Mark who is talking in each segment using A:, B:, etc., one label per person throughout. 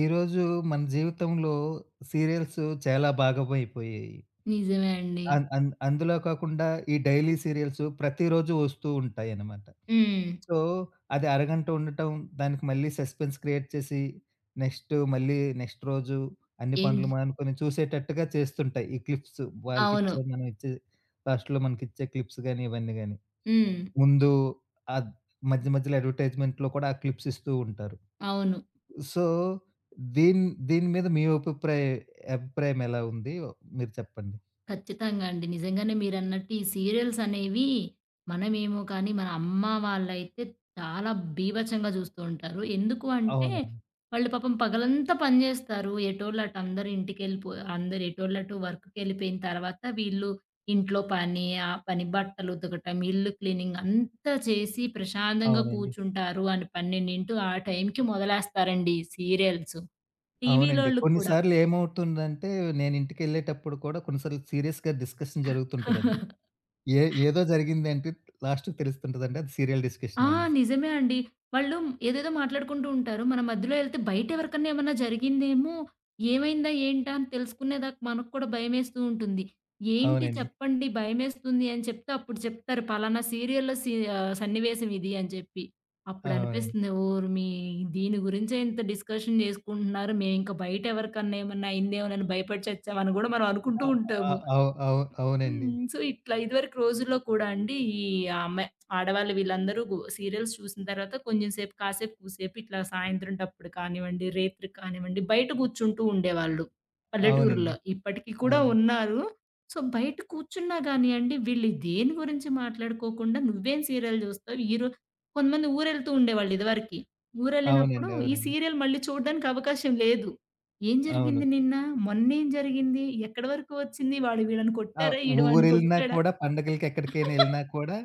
A: ఈరోజు మన జీవితంలో సీరియల్స్ చాలా భాగమైపోయాయి.
B: నిజమే అండి.
A: అన్ అన్ అందులో కాకుండా ఈ డైలీ సీరియల్స్ ప్రతిరోజు వస్తూ ఉంటాయనమాట.
B: హ్మ్.
A: సో, అది అరగంట ఉండటం, దానికి మళ్ళీ సస్పెన్స్ క్రియేట్ చేసి, నెక్స్ట్ రోజు అన్ని
B: ఏం
A: పనులు
B: చే-
A: మానుకొని చూసేటట్టుగా చేస్తుంటాయి. ఈ క్లిప్స్
B: అవును.
A: మనం ఇచ్చే లాస్ట్‌లో మనకిచ్చే క్లిప్స్ గాని, ఇవన్నీ గాని.
B: హ్మ్.
A: ముందు ఆద్ మధ్య మధ్యలో అడ్వర్టైజ్‌మెంట్‌లో కూడా ఆ క్లిప్స్ ఇస్తూ ఉంటారు.
B: అవును.
A: సో, దీన్ దీని మీద మీ అభిప్రాయం ఎలా ఉంది? మీరు చెప్పండి.
B: ఖచ్చితంగా అండి. నిజంగానే మీరన్నట్టు ఈ సీరియల్స్ అనేవి మనమేమో కానీ, మన అమ్మ వాళ్ళైతే చాలా బీభత్సంగా జూస్తూ ఉంటారు. ఎందుకు అంటే,
A: అవునండి.
B: వాళ్ళు పాపం పగలంతా పని జేస్తారు. ఎటోళ్ళు అటు అందరూ ఇంటికెళ్ళిపో అందరూ ఎటోళ్ళు అటు వర్క్‌కెళ్ళిపోయిన తర్వాత వీళ్ళు ఇంట్లో పని, ఆ పని బట్టలు ఉతకటం, ఇల్లు క్లీనింగ్ అంతా చేసి ప్రశాంతంగా
A: అవునండి.
B: కూర్చుంటారు అని 12 ఆ టైంకి మొదలేస్తారండి ఈ సీరియల్స్.
A: అవునండి.
B: టీవీలోళ్ళు
A: కొన్ని
B: కూడా.
A: సార్లు ఏమవుతుందంటే, నేను ఇంటికెళ్ళేటప్పుడు కూడా కొన్ని సార్లు సీరియస్‌గా డిస్కషన్ జరుగుతుంటదండి. ఏదో జరిగింది అంటే లాస్ట్‌కి తెలుస్తుంటదండి. అది సీరియల్
B: ఆ!
A: డిస్కషన్ అనేసి.
B: నిజమే అండి. వాళ్ళు ఏదేదో మాట్లాడుకుంటూ ఉంటారు. మన మధ్యలో ఎళ్తే బయట ఎవరికన్నా ఏమన్నా జరిగిందేమో, ఏమైందా ఏంటా అని తెలుసుకునేదాకా మనకు కూడా భయమేస్తూ ఉంటుంది. ఏంటి
A: అవునండి.
B: చెప్పండి భయమేస్తుంది అని చెప్తే అప్పుడు చెప్తారు పలానా సీరియల్‌లో సన్నివేశం ఇది అని చెప్పి. అప్పుడు
A: అవునండి.
B: అనిపిస్తుంది ఓర్‌మీ దీని గురించే ఇంత డిస్కషన్ చేసుకుంటున్నారు. మేమింక బయట ఎవరికన్నా ఏమన్నా అయిందేమోనని భయపడి చచ్చామని గూడా మనం అనుకుంటూ
A: అ అ
B: ఉంటాము.
A: అవు అవు అవునండి.
B: హ్మ్. సో, ఇట్లా ఇదివరకు రోజుల్లో కూడా అండి ఈ ఆమె ఆడవాళ్ళు వీళ్ళందరూ సీరియల్స్ చూసిన తర్వాత కొంచెం సేపు కాసేపు కూసేపు ఇట్లా సాయంత్రం టప్పుడు కానివ్వండి, రేత్రికి కానివ్వండి బయట కూర్చుంటూ ఉండేవాళ్ళు పల్లెటూరులో.
A: అవునండి.
B: ఇప్పటికి కూడా
A: అవును.
B: ఉన్నారు. సో, బయట కూర్చున్నా గానియండి వీళ్ళు దేని గురించి మాట్లాడుకోకుండా నువ్వేం సీరియల్ చూస్తావు? కొంతమంది ఊరెళ్తూ ఉండేవాళ్ళు ఇదివరకి. ఊరెళ్ళినప్పుడు
A: అవునండి.
B: ఈ
A: అవునండి.
B: సీరియల్ మళ్ళీ చూడడానికి అవకాశం లేదు. ఏం
A: అవును.
B: జరిగింది నిన్న? మొన్నేం జరిగింది? ఎక్కడి వరకు వచ్చింది? వాడు వీళ్ళని
A: ఆహ్,
B: కొట్టారా? ఈడు వాడిని
A: ఊరెళ్ళినా
B: కొట్టాడా?
A: కూడా పండగలకి ఎక్కడికైనా ఎళ్ళినా కూడా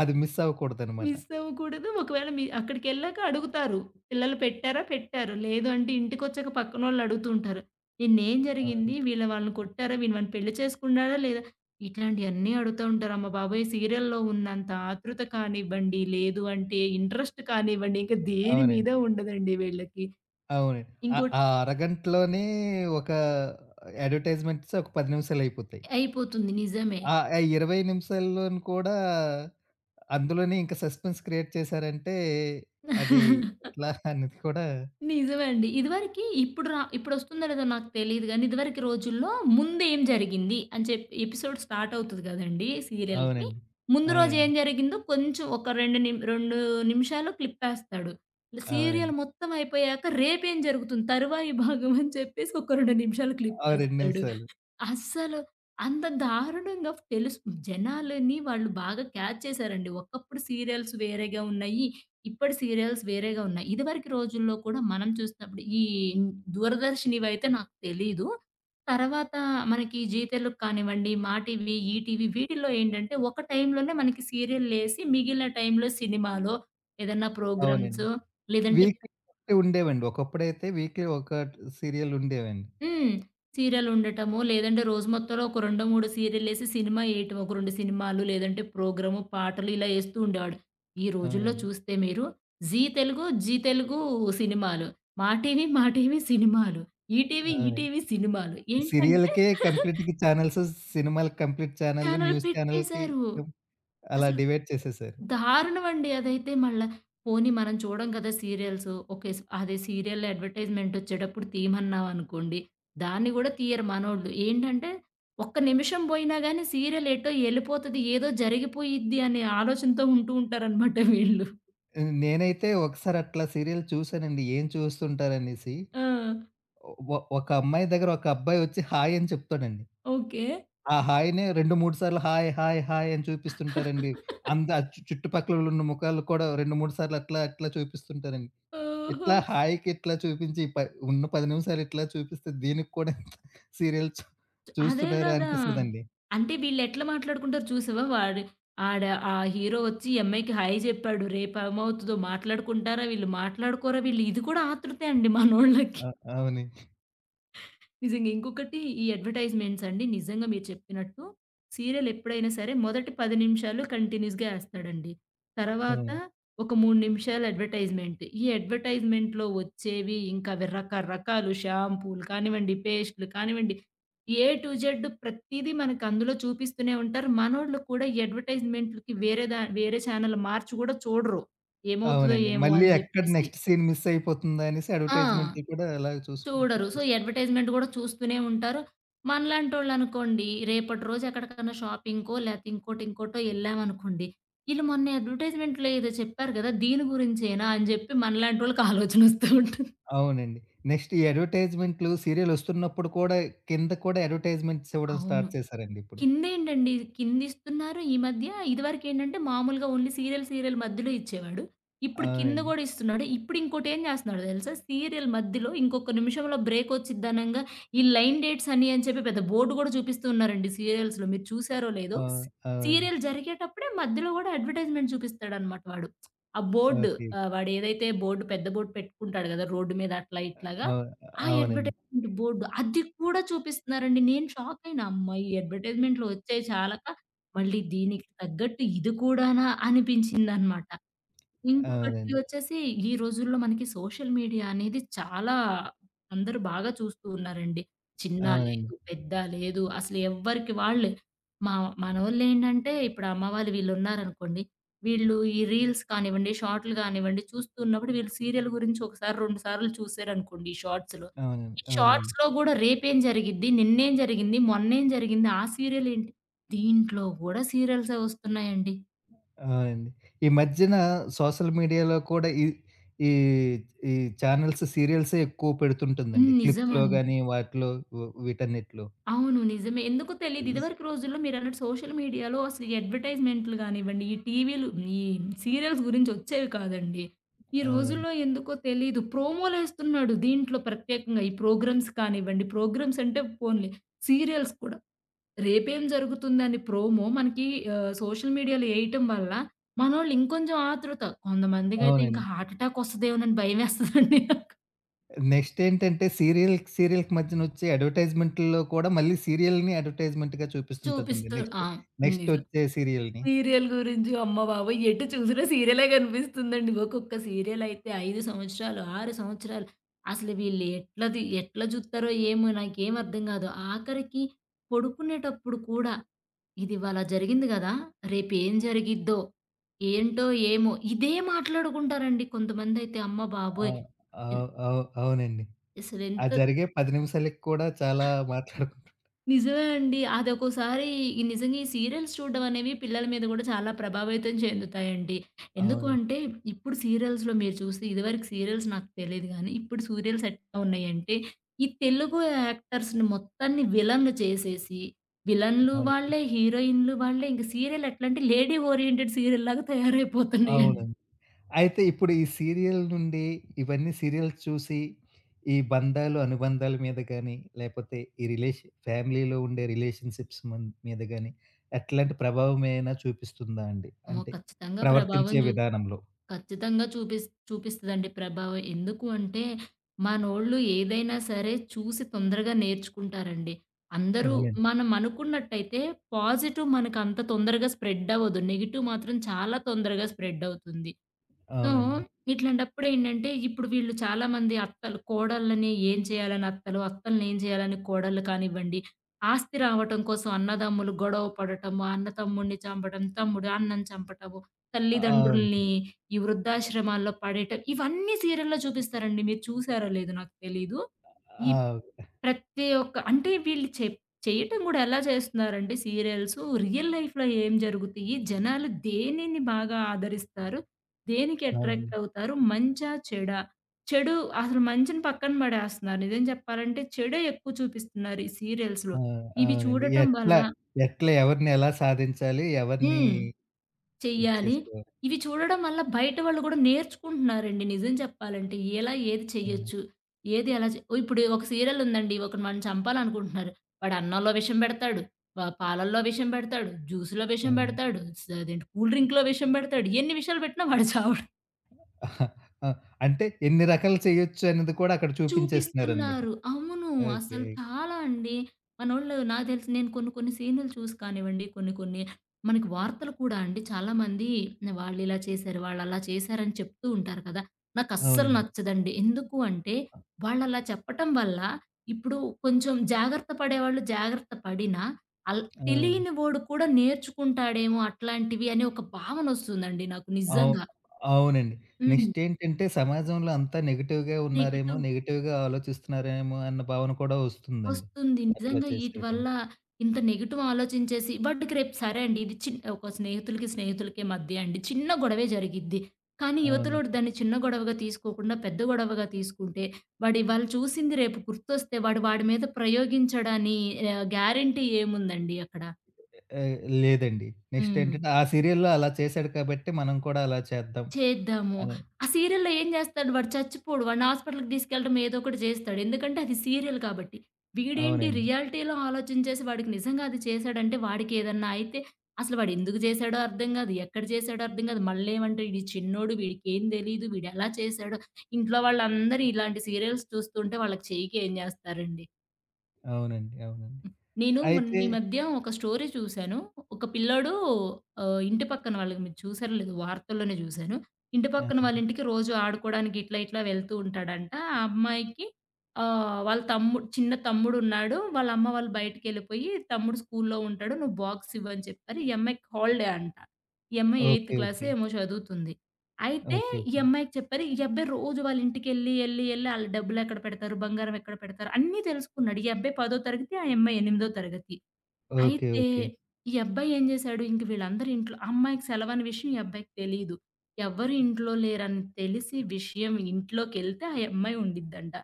A: అది మిస్ అవ్వకూడదనమాట.
B: మిస్ అవ్వకూడదు. ఒకవేళ మీ అక్కడికెళ్ళాక అడుగుతారు. పిల్లలు పెట్టారా? పెట్టారు. లేదు అంటే ఇంటికొచ్చాక పక్కనోళ్ళు అడుగుతుంటారు. నిన్నేం
A: అవును.
B: జరిగింది? వీళ్ళు వాళ్ళని కొట్టారా? వీడు వాడిని పెళ్లి చేసుకున్నాడా? లేదా? ఇట్లాంటియన్నీ అడుగుతా ఉంటారు. అమ్మ బాబోయ్! సీరియల్‌లో ఉన్నంత ఆతృత కానివ్వండి, లేదు అంటే ఇంట్రెస్ట్ కానివ్వండి, ఇంక దేని మీద
A: అవునండి.
B: ఉండదండి వీళ్ళకి.
A: అవునండి. ఆ
B: ఇంకోటి
A: ఆ అరగంటలోనే ఒక అడ్వర్‌టైజ్‌మెంట్స్ ఒక 10 నిమిషాలయిపోతాయి.
B: అయిపోతుంది నిజమే.
A: ఆ ఆ 20 నిమిషాల్లోను కూడా అందులోనే ఇంకా సస్పెన్స్ క్రియేట్ చేశారంటే అది ఎట్లా అనేది కూడా
B: నిజమండి. ఇదివరకి ఇప్పుడు రా ఇప్పుడొస్తుందో లేదో నాకు తెలీదు గానీ, ఇదివరకి రోజుల్లో ముందేం జరిగింది అని చెప్పి ఎపిసోడ్ స్టార్ట్ అవుతది గదండీ సీరియల్‌కి.
A: అవునండి.
B: ముందు రోజు
A: అవునండి.
B: ఏం జరిగిందో కొంచెం ఒక 2 నిమిషాలు క్లిప్పేస్తాడు. సీరియల్
A: అవునండి.
B: మొత్తం అయిపోయాక రేపేం జరుగుతుంది, తరువాయి భాగం అని చెప్పేసి ఒక 2 నిమిషాలు
A: ఆ 2
B: క్లిప్పేస్తాడు.
A: నిమిషాలు.
B: అస్సలు అంత దారుణంగా తెలుసు జనాలని వాళ్ళు బాగా క్యాచ్ చేశారండి. ఒకప్పుడు సీరియల్స్ వేరేగా ఉన్నాయి. ఇప్పటి సీరియల్స్ వేరేగా ఉన్నాయి. ఇదివరకు రోజుల్లో కూడా మనం చూసినప్పుడు ఈ దూరదర్శనివైతే నాకు తెలీదు. తర్వాత మనకి జీ తెలుగు కానివ్వండి, మా టీవీ, ఈ టీవీ వీటిల్లో ఏంటంటే ఒక టైంలోనే మనకి సీరియల్లేసి మిగిలిన టైంలో సినిమాలో ఏదన్నా
A: అవునండి.
B: ప్రోగ్రామ్సో లేదంటే
A: వీక్‌లీ ఉండేవండి. ఒకప్పుడైతే వీక్‌లీ ఒక సీరియల్ ఉండేవండి.
B: హ్మ్, సీరియలుండటము, లేదంటే రోజు మొత్తంలో ఒక 2, 3 సీరియల్లేసి సినిమా ఏయటం. ఒక 2 సినిమాలు, లేదంటే ప్రోగ్రాము, పాటలు ఇలా ఏస్తూ ఉండేవాడు. ఈ రోజుల్లో
A: అవునండి.
B: చూస్తే మీరు జీ తెలుగు, జీ తెలుగు సినిమాలు. మా టీవీ, మా టీవీ సినిమాలు. ఈటీవీ,
A: అవునండి.
B: ఈటీవీ సినిమాలు. ఏంటంటే
A: సీరియల్‌కే కంప్లీట్‌గా ఛానెల్స్, సినిమాలకి కంప్లీట్ ఛానెల్,
B: ఛానెల్
A: న్యూస్ ఛానెల్‌కి
B: పెట్టేశారు.
A: అలా
B: అసలు
A: డివైడ్ చేసేసారు.
B: దారుణమండి అదైతే మళ్ళా. పోనీ మనం చూడం కదా సీరియల్స్. ఓకే. అదే సీరియల్‌లో అడ్వర్టైజ్‌మెంటొచ్చేటప్పుడు తీయమన్నామనుకోండి, దాన్ని గూడా తీయరు మనోళ్ళు. ఏంటంటే, ఒక్క నిమిషం బోయినా గానీ సీరియల్ ఎటో ఎళ్ళిపోతది, ఏదో జరిగిపోయిద్ది అనే ఆలోచనతో ఉంటూ ఉంటారనమాట వీళ్ళు.
A: హ్మ్. నేనైతే ఒకసారి అట్లా సీరియల్ చూసానండి. ఏం చూస్తుంటారనేసి.
B: ఆ!
A: ఒక అమ్మాయి దగ్గర ఒక అబ్బాయి వచ్చి హాయ్ అని చెప్తాడండి.
B: ఓకే.
A: ఆ హాయ్‌నే 2, 3 సార్లు హాయ్, హాయ్, హాయ్ అని చూపిస్తుంటారండి. అంద ఆ చు చుట్టుపక్కలున్న ముఖాలు కూడా 2, 3 సార్లు అట్లా అట్లా చూపిస్తుంటారండి.
B: ఓహో!
A: ఇట్లా హాయ్‌కి ఇట్లా చూపించి ఉన్న 10 నిమిషాలు ఇట్లా చూపిస్తే దీనికి కూడా సీరియల్ చూ
B: అదే
A: చూస్తున్నారా
B: గదా!
A: అనిపిస్తదండి.
B: అంటే వీళ్ళెట్లా మాట్లాడుకుంటారు చూసావా? వాడు ఆడ ఆ హీరో వచ్చి ఈ అమ్మాయికి హాయ్ జెప్పాడు. రేపేమవుతదో మాట్లాడుకుంటారా? వీళ్ళు మాట్లాడుకోరా? వీళ్ళు ఇది కూడా ఆతృతే అండి మనోళ్ళకి.
A: అ అవును.
B: నిజంగా. ఇంకొకటి ఈ అడ్వర్‌టైజ్‌మెంట్స్ అండి. నిజంగా మీరు చెప్పినట్టు సీరియల్ ఎప్పుడైనా సరే మొదటి 10 నిమిషాలు కంటిన్యూస్‌గా ఏస్తాడండి.
A: ఆ!
B: తర్వాత ఒక 3 నిమిషాలు అడ్వర్‌టైజ్‌మెంట్. ఈ అడ్వర్‌టైజ్‌మెంట్‌లో వచ్చేవి ఇంకా అవి రకరకాలు షాంపూలు కానివ్వండి, పేస్టులు కానివ్వండి, ఏ టు జెడ్ ప్రతీదీ మనకు అందులో చూపిస్తూనే ఉంటారు. మనోళ్ళు కూడా ఈ అడ్వర్‌టైజ్‌మెంట్‌లకి వేరే ఛానెల్ మార్చి గూడా చూడరు. ఏమవుతదో
A: అవునండి.
B: ఏమో
A: మళ్ళీ
B: అని
A: ఎక్కడ
B: జెప్పేసి.
A: నెక్స్ట్ సీన్ మిస్ అయిపోతుందా అనేసి
B: ఆ!
A: అడ్వర్‌టైజ్‌మెంట్‌లు కూడా అలాగ చూసుకుంటూ
B: చూడరు. సో, ఈ అడ్వర్‌టైజ్‌మెంట్ గూడా చూస్తూనే ఉంటారు. మనలాంటోళ్ళనుకోండి, రేపటి రోజు ఎక్కడికన్నా షాపింగ్‌కో, లేతే ఇంకోటి ఇంకోటో యెళ్ళామనుకోండి, ఈళ్ళు మొన్న అడ్వర్‌టైజ్‌మెంట్‌లో ఏదో చెప్పారు గదా! దీని గురించేనా అని జెప్పి మనలాంటోళ్ళకి ఆలోచనొస్తూ ఉంటుంది.
A: అవునండి. నెక్స్ట్ ఈ అడ్వర్‌టైజ్‌మెంట్‌లు సీరియలొస్తున్నప్పుడు కూడా కింద కూడా అడ్వర్‌టైజ్‌మెంట్స్ ఇవ్వడం
B: అవును.
A: స్టార్ట్ చేశారండి ఇప్పుడు.
B: కిందేంటండి, కిందిస్తున్నారు ఈ మధ్య. ఇదివరకేంటంటే మామూలుగా ఓన్లీ సీరియల్, సీరియల్ మధ్యలో ఇచ్చేవాడు. ఇప్పుడు కింద
A: అవునండి.
B: గూడా ఇస్తున్నాడు. ఇప్పుడు ఇంకోటేం జేస్తున్నాడో దెలుసా? సీరియల్ మధ్యలో ఇంకొక నిమిషంలో బ్రేక్ ఒచ్చిద్దనంగా ఈ లైన్ డేట్స్ అని అని చెప్పి పెద్ద బోర్డ్ గూడా చూపిస్తూ ఉన్నారండి సీరియల్స్‌లో. మీరు చూసారో లేదో?
A: అవును. అవునండి.
B: సీరియల్ జరిగేటప్పుడే మధ్యలో గూడా అడ్వర్‌టైజ్‌మెంట్ చూపిస్తాడనమాట వాడు. ఆ బోర్డ్
A: ఓకే.
B: ఆహ్, వాడేదైతే పెద్ద బోర్డ్ పెట్టుకుంటాడు గదా! రోడ్డు మీద అట్లా ఇట్లాగా.
A: అవు
B: ఆ
A: అవునండి.
B: అడ్వర్‌టైజ్‌మెంట్ ఇంటి బోర్డు. అది కూడా చూపిస్తున్నారండి. నేను షాకయినా. అమ్మ! ఈ అడ్వర్‌టైజ్‌మెంట్‌లో వచ్చాయి చాలక మళ్ళీ దీనికి తగ్గట్టు ఇది కూడానా అనిపించిందనమాట. ఇంకొకటి
A: అవునండి.
B: వచ్చేసి ఈ రోజుల్లో మనకి సోషల్ మీడియా అనేది చాలా అందరూ బాగా చూస్తూ ఉన్నారండి. చిన్న
A: అవునండి.
B: లేదు, పెద్ద లేదు అసలు ఎవ్వరికి వాళ్ళే. మా మనోళ్ళేంటంటే ఇప్పుడు అమ్మ వాళ్ళు వీళ్ళున్నారనుకోండి. వీళ్ళు ఈ రీల్స్ కానివ్వండి, షార్ట్‌లు కానివ్వండి చూస్తూ ఉన్నప్పుడు వీళ్ళు సీరియల్ గురించి ఒకసారి, 2 సార్లు చూసారనుకోండి ఈ షార్ట్స్‌లో.
A: అవునండి.
B: ఈ
A: అవునండి.
B: షార్ట్స్‌లో గూడా రేపేం జరిగిద్ది, నిన్నేం జరిగింది, మొన్నేం జరిగింది, ఆ సీరియల్ ఏంటి దీంట్లో గూడా సీరియల్సే వస్తున్నాయండి.
A: అవునండి. ఈ మధ్యన సోషల్ మీడియాలో కూడా ఈ ఈ ఈ ఛానెల్స్ సీరియల్సే ఎక్కువ
B: హ్మ్.
A: పెడుతుంటుందండి. క్లిప్స్‌లో
B: నిజమండి.
A: గాని వాటిలో వీటన్నిటిలో.
B: అవును. నిజమే. ఎందుకో తెలీదు. ఇదివరకు రోజుల్లో మీరన్నట్టు సోషల్ మీడియాలో అసలు ఈ అడ్వర్టైజ్‌మెంట్‌లు గానివ్వండి, ఈ టీవీలు ఈ సీరియల్స్ గురించి ఒచ్చేవి కాదండి. ఈ రోజుల్లో
A: అవునండి.
B: ఎందుకో తెలీదు ప్రోమో‌లేస్తున్నాడు దీంట్లో ప్రత్యేకంగా. ఈ ప్రోగ్రామ్స్ కానివ్వండి, ప్రోగ్రామ్స్ అంటే పోన్లే సీరియల్స్ కూడా. రేపేం జరుగుతుందని ప్రోమో మనకి ఆహ్, సోషల్ మీడియాలో ఏయటం వల్ల మనోళ్ళు ఇంకొంచెం ఆతృత. కొంతమందికైతే ఇంకా
A: అవునండి.
B: హార్ట్ అటాక్ ఒస్తదేమోనని భయమేస్తదండి నాకు.
A: నెక్స్ట్ ఏంటంటే సీరియల్‌కి, సీరియల్‌కి మధ్యనొచ్చే అడ్వర్‌టైజ్‌మెంట్‌ల్లో కూడా మళ్ళీ సీరియల్‌ని అడ్వర్‌టైజ్‌మెంట్‌గా చూపిస్తుంటదండి.
B: చూపిస్తూ ఆ!
A: నెక్స్ట్, నెక్స్ట్
B: నిజం.
A: ఒచ్చే సీరియల్‌ని.
B: సీరియల్ గురించి అమ్మ బాబోయ్! ఎటు చూసినా సీరియలే కనిపిస్తుందండి. ఒక్కొక్క సీరియలైతే 5 సంవత్సరాలు, 6 సంవత్సరాలు అసలు వీళ్ళు ఎట్లది ఎట్లా జూత్తారో ఏమో నాకేం అర్థం గాదు. ఆఖరికి పడుకునేటప్పుడు కూడా ఇదివాళ జరిగింది గదా! రేపేం జరిగిద్దో, ఏంటో ఏమో ఇదే మాట్లాడుకుంటారండి కొంతమందైతే. అమ్మ
A: ఆ!
B: బాబోయ్! ఎన్
A: అవు అవు అవునండి. ఆ
B: అసలెంత
A: జరిగే 10 నిమిషాలకి కూడా చాలా మాట్లాడుకు
B: నిజమే అండి. అదొకోసారి ఈ నిజంగా ఈ సీరియల్స్ చూడడం అనేవి పిల్లల మీద గూడా చాలా ప్రభావితం చెందుతాయండి. ఎందుకు
A: అవునండి.
B: అంటే, ఇప్పుడు సీరియల్స్‌లో మీరు చూస్తే ఇదివరకు సీరియల్స్ నాకు తెలీదు గానీ, ఇప్పుడు సీరియల్స్ ఎట్లా ఉన్నాయంటే, ఈ తెలుగు యాక్టర్స్‌ని మొత్తాన్ని విలన్లు చేసేసి, విలన్లు
A: అవునండి.
B: వాళ్ళే, హీరోయిన్‌లు వాళ్ళే. ఇంక సీరియల్ ఎట్లంటే లేడీ ఓరియెంటెడ్ సీరియల్‌లాగా తయారైపోతున్నాయండి.
A: అవును. అయితే ఇప్పుడు ఈ సీరియల్ నుండి ఇవన్నీ సీరియల్స్ చూసి, ఈ బంధాలు, అనుబంధాల మీద గాని, లేపోతే ఈ రిలేష ఫ్యామిలీలో ఉండే రిలేషన్‌షిప్స్ మన్ మీద గాని, ఎట్లాంటి ప్రభావం ఏమైనా చూపిస్తుందా అండి?
B: అమ్మో!
A: అంటే ప్రవర్తించే విధానంలో.
B: ఖచ్చితంగా చూపిస్తదండి ప్రభావం. ఎందుకు అంటే, మనోళ్ళు ఏదైనా సరే చూసి తొందరగా నేర్చుకుంటారండి. అందరూ
A: అవునండి.
B: మనం అనుకున్నట్టయితే పాజిటివ్ మనకంత తొందరగా స్ప్రెడ్ అవ్వదు. నెగెటివ్ మాత్రం చాలా తొందరగా స్ప్రెడ్ అవుతుంది. సో,
A: అవునండి.
B: ఇట్లాంటప్పుడేంటంటే, ఇప్పుడు వీళ్ళు చాలామంది అత్తలు కోడళ్ళని ఏం చేయాలని అత్తలు, అత్తల్ని ఏం చేయాలని కోడళ్ళు కానివ్వండి, ఆస్తి రావటం కోసం అన్నదమ్ములు గొడవ పడటము, అన్న తమ్ముడిని చంపడం, తమ్ముడు అన్నని చంపటము,
A: అవును.
B: తల్లిదండ్రుల్ని ఈ వృద్ధాశ్రమాల్లో పడేయటం, ఇవన్నీ సీరియల్‌లో చూపిస్తారండి. మీరు చూసారో లేదో నాకు తెలీదు. ఈ
A: అవ్
B: ప్రతి ఒక్క అంటే వీళ్ళు చేయటం గూడా ఎలా చేస్తున్నారంటే సీరియల్సు, రియల్ లైఫ్‌లో ఏం జరుగుతయి, జనాలు దేనిని బాగా ఆదరిస్తారు, దేనికి
A: అవునండి.
B: అట్రాక్ట్ అవుతారు, మంచా, చెడా? చెడు అసలు మంచిని పక్కన పడేస్తున్నారు. నిజం చెప్పాలంటే చెడే ఎక్కువ చూపిస్తున్నారు ఈ సీరియల్స్‌లో.
A: ఆ!
B: ఇవి
A: అవునండి.
B: చూడటం వల్ల
A: ఎట్లా ఎవరిని ఎలా సాధించాలి? ఎవరిని
B: హ్మ్,
A: ఇది
B: చెయ్యాలి.
A: చేసుకోవాలి?
B: ఇవి చూడడం వల్ల బయట వాళ్ళు గూడా నేర్చుకుంటున్నారండి నిజం చెప్పాలంటే. ఎలా ఏది చెయ్యొచ్చు?
A: అవునండి.
B: ఏది ఎలా చే ఇప్పుడు ఒక సీరియల్ ఉందండి. ఒకడిని మనం చంపాలనుకుంటున్నారు. వాడు అన్నంలో విషం బెడతాడు. పాలల్లో విషం బెడతాడు. జ్యూస్‌లో విషం
A: అవును.
B: బెడతాడు. అదేంటి కూల్ డ్రింక్‌లో విషం బెడతాడు. ఎన్ని విషాలు బెట్టినా వాడు చావడు.
A: ఆ! ఆ, అంటే ఎన్ని రకాలు చేయొచ్చు అనేది కూడా అక్కడ చూపించేస్తున్నారనమాట.
B: చూపిస్తున్నారు. అవును.
A: ఓకే.
B: అసలు చాలా అండి. మనోళ్ళు నాకు తెలిసి నేను కొన్ని కొన్ని సీన్‌లు చూసి కానివ్వండి, కొన్ని కొన్ని మనకి వార్తలు కూడా అండి చాలామంది వాళ్ళిలా చేశారు, వాళ్ళలా చేశారని చెప్తూ ఉంటారు కదా! నాకస్సలు
A: అవునండి.
B: నచ్చదండి. ఎందుకు అంటే వాళ్ళలా చెప్పటం వల్ల ఇప్పుడు కొంచెం జాగ్రత్త పడేవాళ్ళు జాగ్రత్త పడినా అల్
A: అవునండి.
B: తెలియని వాడు కూడా నేర్చుకుంటాడేమో అట్లాంటివి అనే ఒక భావనొస్తుందండి నాకు
A: అవు
B: నిజంగా.
A: అవునండి.
B: హ్మ్.
A: నెక్స్ట్ ఏంటంటే సమాజంలో అంతా నెగెటివ్‌గా ఉన్నారేమో,
B: నెగెటివ్
A: నెగెటివ్‌గా ఆలోచిస్తున్నారేమో అన్న భావన కూడా వస్తుందండి.
B: వస్తుంది.
A: అట్లా
B: నిజంగా ఈటి
A: చేసేయడం.
B: వల్ల ఇంత నెగెటివ్ ఆలోచించేసి వాటికి రేపు సరే అండి. ఇది చిన్ ఒక స్నేహితులకి, స్నేహితులకే మధ్య అండి. చిన్న గొడవే జరిగిద్ది. కానీ యువతలోడు
A: అవునండి.
B: దాన్ని చిన్న గొడవగా తీసుకోకుండా పెద్ద గొడవగా తీసుకుంటే, వాడు ఇవాళ చూసింది రేపు గుర్తొస్తే వాడు వాడి మీద ప్రయోగించడని ఆహ్, గ్యారంటీ ఏముందండి అక్కడ?
A: ఆహ్, లేదండి. నెక్స్ట్
B: హ్మ్.
A: ఏంటంటే ఆ సీరియల్‌లో అలా చేశాడు కాబట్టి మనం కూడా అలా చేద్దాం
B: చేద్దాము.
A: అని.
B: ఆ సీరియల్‌లో ఏం జేస్తాడు వాడు చచ్చిపోడు. వాడిని హాస్పిటల్‌కి తీసుకెళ్ళడం ఏదో ఒకటి జేస్తాడు. ఎందుకంటే అది సీరియల్ కాబట్టి. వీడేంటి
A: అవునండి.
B: రియాలిటీలో ఆలోచించేసి వాడికి నిజంగా అది చేశాడంటే వాడికేదన్నా అయితే అసలు వాడెందుకు జేశాడో అర్థం గాదు. ఎక్కడ జేశాడో అర్థం గాదు. మళ్ళేమంటారు ఈడు చిన్నోడు వీడికేం తెలీదు. వీడెలా చేశాడో ఇంట్లో వాళ్ళందరూ ఇలాంటి సీరియల్స్ చూస్తుంటే వాళ్ళకి చెయ్యకి ఏం జేస్తారండి?
A: అవునండి. అవునండి.
B: నేను మొన్న
A: అయితే
B: ఈ మధ్య ఒక స్టోరీ చూశాను. ఒక పిల్లోడు ఆహ్, ఇంటి పక్కన వాళ్ళకి మీరు చూసారో లేదో వార్తల్లోనే చూశాను. ఇంటి పక్కన వాళ్ళ
A: అవును.
B: ఇంటికి రోజు ఆడుకోవడానికి ఇట్లా, ఇట్లా వెళ్తూ ఉంటాడంట. ఆ అమ్మాయికి ఆహ్, వాళ్ళ తమ్ముడు చిన్న తమ్ముడున్నాడు. వాళ్ళ అమ్మ వాళ్ళు బయటికెళ్ళిపోయి తమ్ముడు స్కూల్లో ఉంటాడు. నువ్వు బాక్స్ ఇవ్వని చెప్పారు. ఈ అమ్మాయికి హాలిడే అంట. ఈ అమ్మాయి ఎయిత్
A: ఓకే.
B: Class
A: okay.
B: ఏమో చదువుతుంది. అయితే
A: ఓకే.
B: ఈ
A: ఓకే.
B: అమ్మాయికి చెప్పారు. ఈ అబ్బాయి రోజు వాళ్ళ ఇంటికెళ్ళి, ఎళ్ళి ఆళ్ళ డబ్బులెక్కడ పెడతారు, బంగారం ఎక్కడ పెడతారు అన్నీ తెలుసుకున్నాడు. ఈ అబ్బాయి 10 తరగతి, ఆ అమ్మాయి 8 తరగతి.
A: ఓకే.
B: అయితే
A: ఓకే.
B: ఈ అబ్బాయి ఏం చేశాడు, ఇంక వీళ్ళందరి ఇంట్లో ఆ అమ్మాయికి సెలవని విషయం ఈ అబ్బాయికి తెలీదు. ఎవ్వరు ఇంట్లో లేరని తెలిసి విషయం ఇంట్లోకెళ్తే ఆ అమ్మాయి ఉండిద్దంట.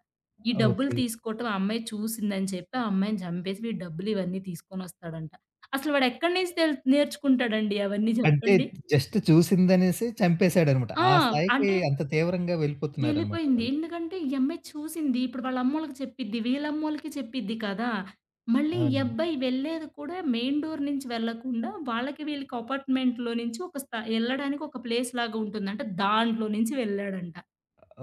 B: ఈ డబ్బులు
A: ఓకే.
B: తీసుకోవటం ఆ అమ్మాయి చూసిందని చెప్పి ఆ అమ్మాయిని చంపేసి వీడి డబ్బులు ఇవన్నీ తీసుకొనొస్తాడంట. అసలు వాడెక్కడి నుంచి నేర్చుకుంటాడండి అవన్నీ
A: అంటే
B: చెప్పండి?
A: జస్ట్ చూసిందనేసి చంపేసాడనమాట.
B: ఆ!
A: ఆ స్థాయికి
B: అంటే
A: అంత తీవ్రంగా వెళ్ళిపోతున్నారనమాట
B: వెళ్ళిపోయింది.
A: వాళ్ళు.
B: ఎందుకంటే ఈ అమ్మాయి చూసింది. ఇప్పుడు వాళ్ళ అమ్మోళ్ళకి చెప్పిద్ది. వీళ్ళమ్మోళ్ళకి చెప్పిద్ది కదా! మళ్ళీ ఈ
A: అవునండి.
B: అబ్బాయి వెళ్ళేది కూడా మెయిన్ డోర్ నుంచి వెళ్ళకుండా వాళ్ళకి వీళ్ళకి అపార్ట్‌మెంట్‌లో నుంచి ఒక స్థా ఎళ్ళడానికి ఒక ప్లేస్ లాగా ఉంటుంది. అంటే దాంట్లో నుంచి వెళ్ళాడంట.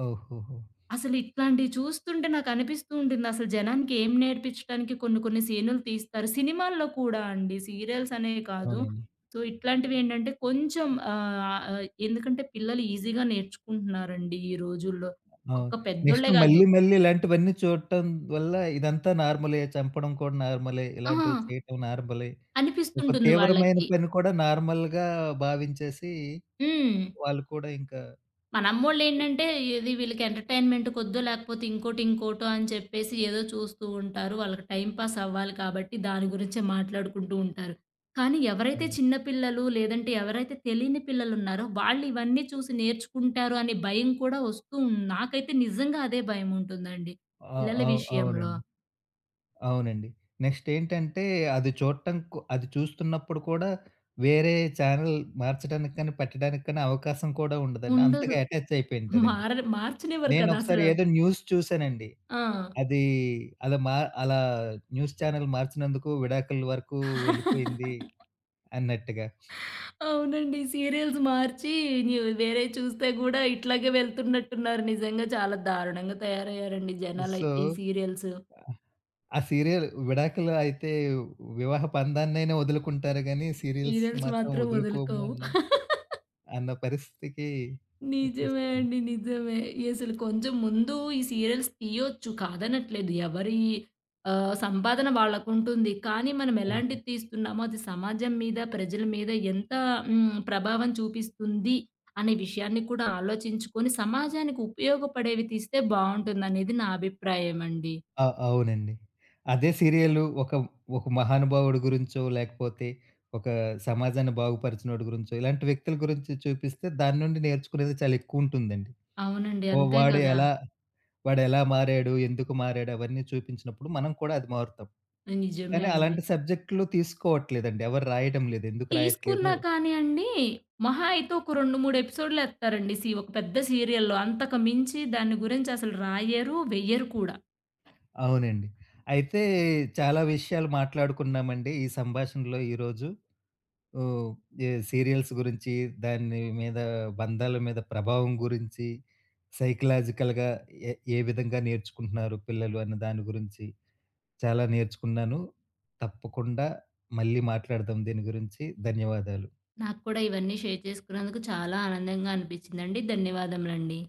A: ఓహోహో!
B: అసలు ఇట్లాంటివి చూస్తుంటే నాకనిపిస్తూ ఉంటుంది. అసలు జనానికి ఏం నేర్పించడానికి కొన్ని కొన్ని సీనులు తీస్తారు. సినిమాల్లో కూడా అండి. సీరియల్స్ అనే కాదు.
A: అవునండి.
B: సో, ఇట్లాంటివేంటంటే కొంచెం ఆహ్, ఆహ్, ఎందుకంటే పిల్లలు ఈజీగా నేర్చుకుంటున్నారండి ఈ రోజుల్లో.
A: అవును.
B: ఒక్క
A: నెక్స్ట్
B: పెద్దోళ్ళే కాదు.
A: మళ్ళీ మళ్ళీ ఇలాంటివన్నీ చూడటం వల్ల ఇదంతా నార్మలే. చంపడం కూడా నార్మలే.
B: ఆ!
A: ఇలాంటివి చేయటం నార్మలే. ఒక
B: అనిపిస్తుంటుంది
A: తీవ్రమైన
B: వాళ్ళకి.
A: పని కూడా నార్మల్‌గా భావించేసి
B: హ్మ్.
A: వాళ్ళు కూడా ఇంకా
B: మనమ్మోళ్ళేంటంటే ఇది వీళ్ళకి ఎంటర్‌టైన్‌మెంట్ కొద్దో లేకపోతే ఇంకోటి, ఇంకోటో అని చెప్పేసి ఏదో చూస్తూ ఉంటారు. వాళ్ళకి టైమ్ పాస్ అవ్వాలి కాబట్టి దాని గురించే మాట్లాడుకుంటూ ఉంటారు. కానీ ఎవరైతే
A: అవునండి.
B: చిన్న పిల్లలు లేదంటే ఎవరైతే తెలియని పిల్లలున్నారో వాళ్ళు ఇవన్నీ చూసి నేర్చుకుంటారు అనే భయం కూడా వస్తూ ఉం- నాకైతే నిజంగా అదే భయముంటుందండి.
A: ఆ!
B: పిల్లల విషయంలో.
A: అవునండి. అవునండి. నెక్స్ట్ ఏంటంటే అది చూడటం కు అది చూస్తున్నప్పుడు కూడా వేరే ఛానెల్ మార్చడానికి కానీ, పెట్టడానికి కానీ అవకాశం కూడా ఉండదండి.
B: ఉండదు.
A: అంతగా అటాచ్ అయిపోయింటారండి.
B: మార్చనివ్వరు కదా
A: నేనొకసారి
B: అసలు.
A: ఏదో న్యూస్ చూసానండి.
B: ఆ!
A: అది అలా మా అలా న్యూస్ ఛానెల్ మార్చినందుకు విడాకుల వరకు వెళ్ళిపోయింది అన్నట్టుగా.
B: అవునండి. సీరియల్స్ మార్చి న్యూ వేరేయి చూస్తే గూడా ఇట్లాగే వెళ్తున్నట్టున్నారు. నిజంగా చాలా దారుణంగా తయారయ్యారండి
A: సో,
B: జనాలైతే ఈ సీరియల్స్.
A: ఆ సీరియల్ విడాకులు అయితే వివాహ పందాన్నైనా వదులుకుంటారు గానీ, సీరియల్స్
B: సీరియల్స్
A: మాత్రం
B: మాత్రం
A: వదులుకోము
B: వదులుకోవు.
A: అన్న అన్న పరిస్థితికి
B: నిజమే
A: వచ్చేసారండి.
B: అండి. నిజమే. ఈ అసలు కొంచెం ముందు ఈ సీరియల్స్ తీయొచ్చు కాదనట్లేదు. ఎవరి ఆహ్, సంపాదన వాళ్ళకుంటుంది. కానీ మనం
A: అవును.
B: ఎలాంటిది తీస్తున్నామో అది సమాజం మీద, ప్రజల మీద ఎంత హ్మ్, ప్రభావం చూపిస్తుంది అనే విషయాన్ని కూడా ఆలోచించుకొని సమాజానికి ఉపయోగపడేవి తీస్తే బావుంటుందనేది నా అభిప్రాయం అండి.
A: ఆ! అవునండి. అదే సీరియలు ఒక మహానుభావుడి గురించో, లేకపోతే ఒక సమాజాన్ని బాగుపరిచినోడి గురించో, ఇలాంటి వ్యక్తుల గురించి చూపిస్తే దాని నుండి నేర్చుకునేది చాలా ఎక్కువుంటుందండి.
B: అవునండి.
A: ఓ
B: అంతే
A: వాడు
B: కదా!
A: ఎలా వాడెలా మారాడు, ఎందుకు మారాడు అవన్నీ చూపించినప్పుడు మనం కూడా అది మారుతాం.
B: నిజమే
A: కానీ
B: అండి.
A: అలాంటి సబ్జెక్టులు తీసుకోవట్లేదండి. ఎవరు రాయడం లేదు. ఎందుకు
B: తీసుకున్నా
A: రాయట్లేదో
B: కానీ అండి, మహా అయితే ఒక 2, 3 ఎపిసోడ్‌లేత్తారండి. ఒక పెద్ద సీరియల్‌లో. అంతకు మించి దాని గురించి అసలు రాయరు, వెయ్యరు కూడా.
A: అవునండి. అయితే చాలా విషయాలు మాట్లాడుకున్నామండి ఈ సంభాషణలో ఈరోజు. ఓహ్! ఏ సీరియల్స్ గురించి, దాని మీద బంధాల మీద ప్రభావం గురించి, సైకలాజికల్‌గా ఏ ఏ విధంగా నేర్చుకుంటున్నారు పిల్లలు అన్న దాని గురించి చాలా నేర్చుకున్నాను. తప్పకుండా మళ్ళీ మాట్లాడదాం దీని గురించి. ధన్యవాదాలు.
B: నాకు కూడా ఇవన్నీ షేర్ చేసుకున్నందుకు చాలా ఆనందంగా అనిపించిందండి. ధన్యవాదములండి.